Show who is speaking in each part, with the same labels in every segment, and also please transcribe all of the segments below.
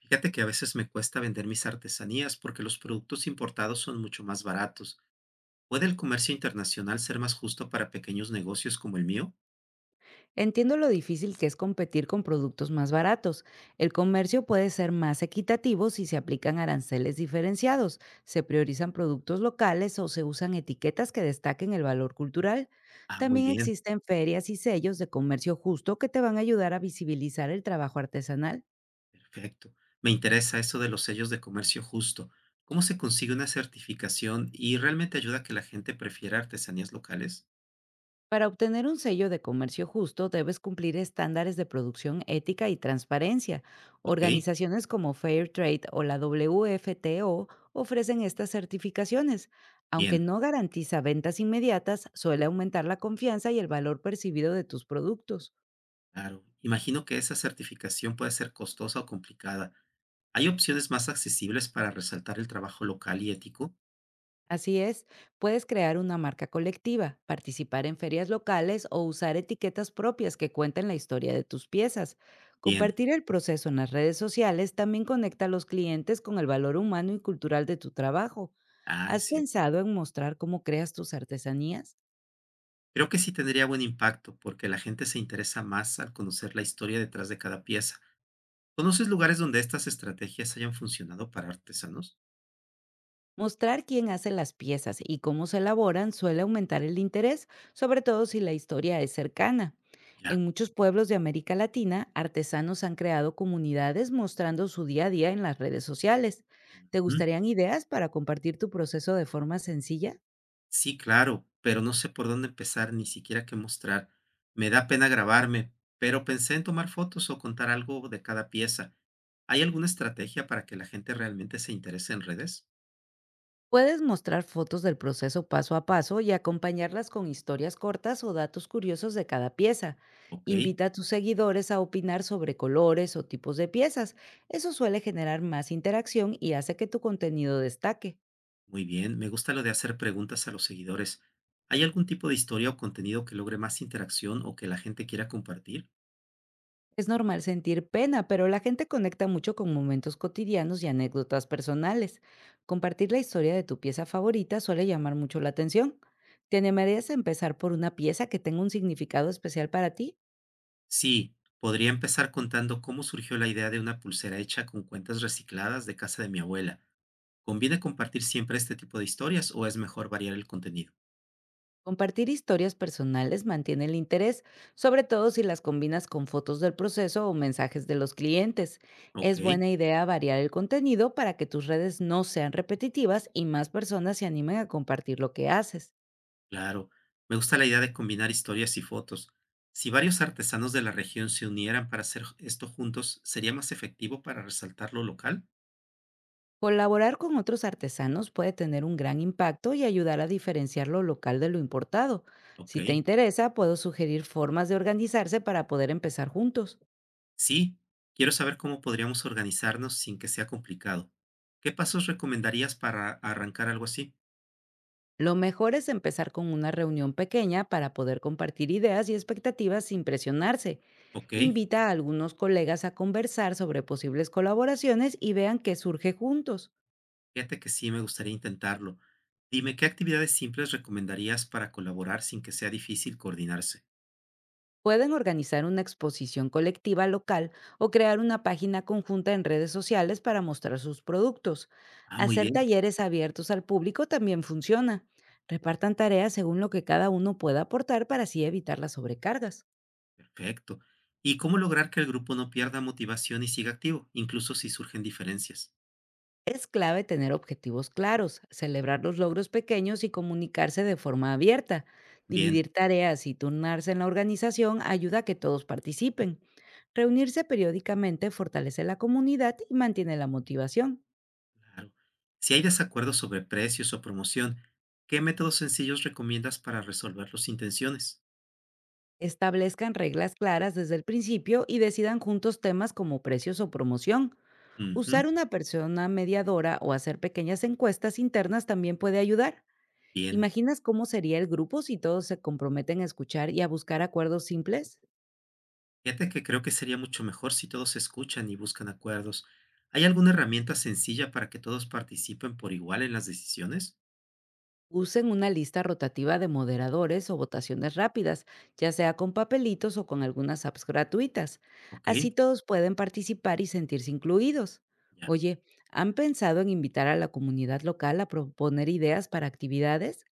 Speaker 1: Fíjate que a veces me cuesta vender mis artesanías porque los productos importados son mucho más baratos. ¿Puede el comercio internacional ser más justo para pequeños negocios como el mío?
Speaker 2: Entiendo lo difícil que es competir con productos más baratos. El comercio puede ser más equitativo si se aplican aranceles diferenciados, se priorizan productos locales o se usan etiquetas que destaquen el valor cultural.
Speaker 1: Ah, muy
Speaker 2: También
Speaker 1: bien,
Speaker 2: existen ferias y sellos de comercio justo que te van a ayudar a visibilizar el trabajo artesanal.
Speaker 1: perfecto. Me interesa eso de los sellos de comercio justo. ¿Cómo se consigue una certificación y realmente ayuda a que la gente prefiera artesanías locales?
Speaker 2: Para obtener un sello de comercio justo, debes cumplir estándares de producción ética y transparencia.
Speaker 1: Ok,
Speaker 2: Organizaciones como Fairtrade o la WFTO ofrecen estas certificaciones. Aunque
Speaker 1: bien,
Speaker 2: no garantiza ventas inmediatas, suele aumentar la confianza y el valor percibido de tus productos.
Speaker 1: claro. Imagino que esa certificación puede ser costosa o complicada. ¿Hay opciones más accesibles para resaltar el trabajo local y ético?
Speaker 2: Así es, puedes crear una marca colectiva, participar en ferias locales o usar etiquetas propias que cuenten la historia de tus piezas.
Speaker 1: Bien,
Speaker 2: Compartir el proceso en las redes sociales también conecta a los clientes con el valor humano y cultural de tu trabajo.
Speaker 1: ah, es
Speaker 2: ¿Has
Speaker 1: cierto.
Speaker 2: pensado en mostrar cómo creas tus artesanías?
Speaker 1: Creo que sí tendría buen impacto, porque la gente se interesa más al conocer la historia detrás de cada pieza. ¿Conoces lugares donde estas estrategias hayan funcionado para artesanos?
Speaker 2: Mostrar quién hace las piezas y cómo se elaboran suele aumentar el interés, sobre todo si la historia es cercana. En
Speaker 1: Ya.
Speaker 2: muchos pueblos de América Latina, artesanos han creado comunidades mostrando su día a día en las redes sociales. ¿Te
Speaker 1: Ujú.
Speaker 2: gustarían ideas para compartir tu proceso de forma sencilla?
Speaker 1: Sí, claro, pero no sé por dónde empezar, ni siquiera qué mostrar. Me da pena grabarme, pero pensé en tomar fotos o contar algo de cada pieza. ¿Hay alguna estrategia para que la gente realmente se interese en redes?
Speaker 2: Puedes mostrar fotos del proceso paso a paso y acompañarlas con historias cortas o datos curiosos de cada pieza.
Speaker 1: Ok.
Speaker 2: Invita a tus seguidores a opinar sobre colores o tipos de piezas. Eso suele generar más interacción y hace que tu contenido destaque.
Speaker 1: Muy bien, me gusta lo de hacer preguntas a los seguidores. ¿Hay algún tipo de historia o contenido que logre más interacción o que la gente quiera compartir?
Speaker 2: Es normal sentir pena, pero la gente conecta mucho con momentos cotidianos y anécdotas personales. Compartir la historia de tu pieza favorita suele llamar mucho la atención. ¿Te animarías a empezar por una pieza que tenga un significado especial para ti?
Speaker 1: Sí, podría empezar contando cómo surgió la idea de una pulsera hecha con cuentas recicladas de casa de mi abuela. ¿Conviene compartir siempre este tipo de historias o es mejor variar el contenido?
Speaker 2: Compartir historias personales mantiene el interés, sobre todo si las combinas con fotos del proceso o mensajes de los clientes.
Speaker 1: Ok,
Speaker 2: Es buena idea variar el contenido para que tus redes no sean repetitivas y más personas se animen a compartir lo que haces.
Speaker 1: claro. Me gusta la idea de combinar historias y fotos. Si varios artesanos de la región se unieran para hacer esto juntos, ¿sería más efectivo para resaltar lo local?
Speaker 2: Colaborar con otros artesanos puede tener un gran impacto y ayudar a diferenciar lo local de lo importado.
Speaker 1: Ok.
Speaker 2: Si te interesa, puedo sugerir formas de organizarse para poder empezar juntos.
Speaker 1: Sí, quiero saber cómo podríamos organizarnos sin que sea complicado. ¿Qué pasos recomendarías para arrancar algo así?
Speaker 2: Lo mejor es empezar con una reunión pequeña para poder compartir ideas y expectativas sin presionarse.
Speaker 1: Ok,
Speaker 2: Invita a algunos colegas a conversar sobre posibles colaboraciones y vean qué surge juntos.
Speaker 1: fíjate que sí, me gustaría intentarlo. Dime, ¿qué actividades simples recomendarías para colaborar sin que sea difícil coordinarse?
Speaker 2: Pueden organizar una exposición colectiva local o crear una página conjunta en redes sociales para mostrar sus productos.
Speaker 1: Ah, muy
Speaker 2: Hacer
Speaker 1: bien,
Speaker 2: talleres abiertos al público también funciona. Repartan tareas según lo que cada uno pueda aportar para así evitar las sobrecargas.
Speaker 1: perfecto. ¿Y cómo lograr que el grupo no pierda motivación y siga activo, incluso si surgen diferencias?
Speaker 2: Es clave tener objetivos claros, celebrar los logros pequeños y comunicarse de forma abierta.
Speaker 1: Bien,
Speaker 2: Dividir tareas y turnarse en la organización ayuda a que todos participen. Reunirse periódicamente fortalece la comunidad y mantiene la motivación.
Speaker 1: claro. Si hay desacuerdos sobre precios o promoción, ¿qué métodos sencillos recomiendas para resolver las intenciones?
Speaker 2: Establezcan reglas claras desde el principio y decidan juntos temas como precios o promoción.
Speaker 1: Ujú,
Speaker 2: Usar una persona mediadora o hacer pequeñas encuestas internas también puede ayudar.
Speaker 1: bien.
Speaker 2: ¿Imaginas cómo sería el grupo si todos se comprometen a escuchar y a buscar acuerdos simples?
Speaker 1: Fíjate que creo que sería mucho mejor si todos escuchan y buscan acuerdos. ¿Hay alguna herramienta sencilla para que todos participen por igual en las decisiones?
Speaker 2: Usen una lista rotativa de moderadores o votaciones rápidas, ya sea con papelitos o con algunas apps gratuitas.
Speaker 1: Ok,
Speaker 2: Así todos pueden participar y sentirse incluidos.
Speaker 1: ya.
Speaker 2: Oye, ¿han pensado en invitar a la comunidad local a proponer ideas para actividades?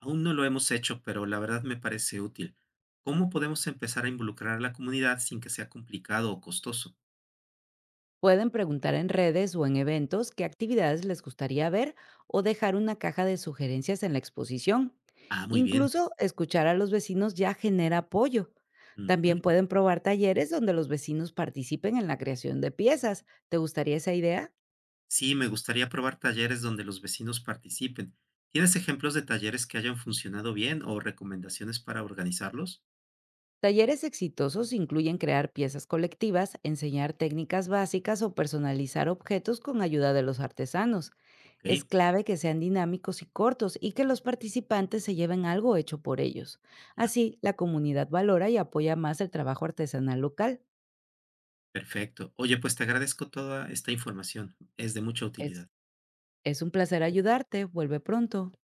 Speaker 1: Aún no lo hemos hecho, pero la verdad me parece útil. ¿Cómo podemos empezar a involucrar a la comunidad sin que sea complicado o costoso?
Speaker 2: Pueden preguntar en redes o en eventos qué actividades les gustaría ver o dejar una caja de sugerencias en la exposición.
Speaker 1: Ah, muy bien.
Speaker 2: Incluso escuchar a los vecinos ya genera apoyo.
Speaker 1: Ujú.
Speaker 2: También pueden probar talleres donde los vecinos participen en la creación de piezas. ¿Te gustaría esa idea?
Speaker 1: Sí, me gustaría probar talleres donde los vecinos participen. ¿Tienes ejemplos de talleres que hayan funcionado bien o recomendaciones para organizarlos?
Speaker 2: Talleres exitosos incluyen crear piezas colectivas, enseñar técnicas básicas o personalizar objetos con ayuda de los artesanos.
Speaker 1: Ok,
Speaker 2: Es clave que sean dinámicos y cortos y que los participantes se lleven algo hecho por ellos.
Speaker 1: ya.
Speaker 2: Así, la comunidad valora y apoya más el trabajo artesanal local.
Speaker 1: Perfecto. Oye, pues te agradezco toda esta información. Es de mucha
Speaker 2: Es,
Speaker 1: utilidad.
Speaker 2: es un placer ayudarte. Vuelve pronto.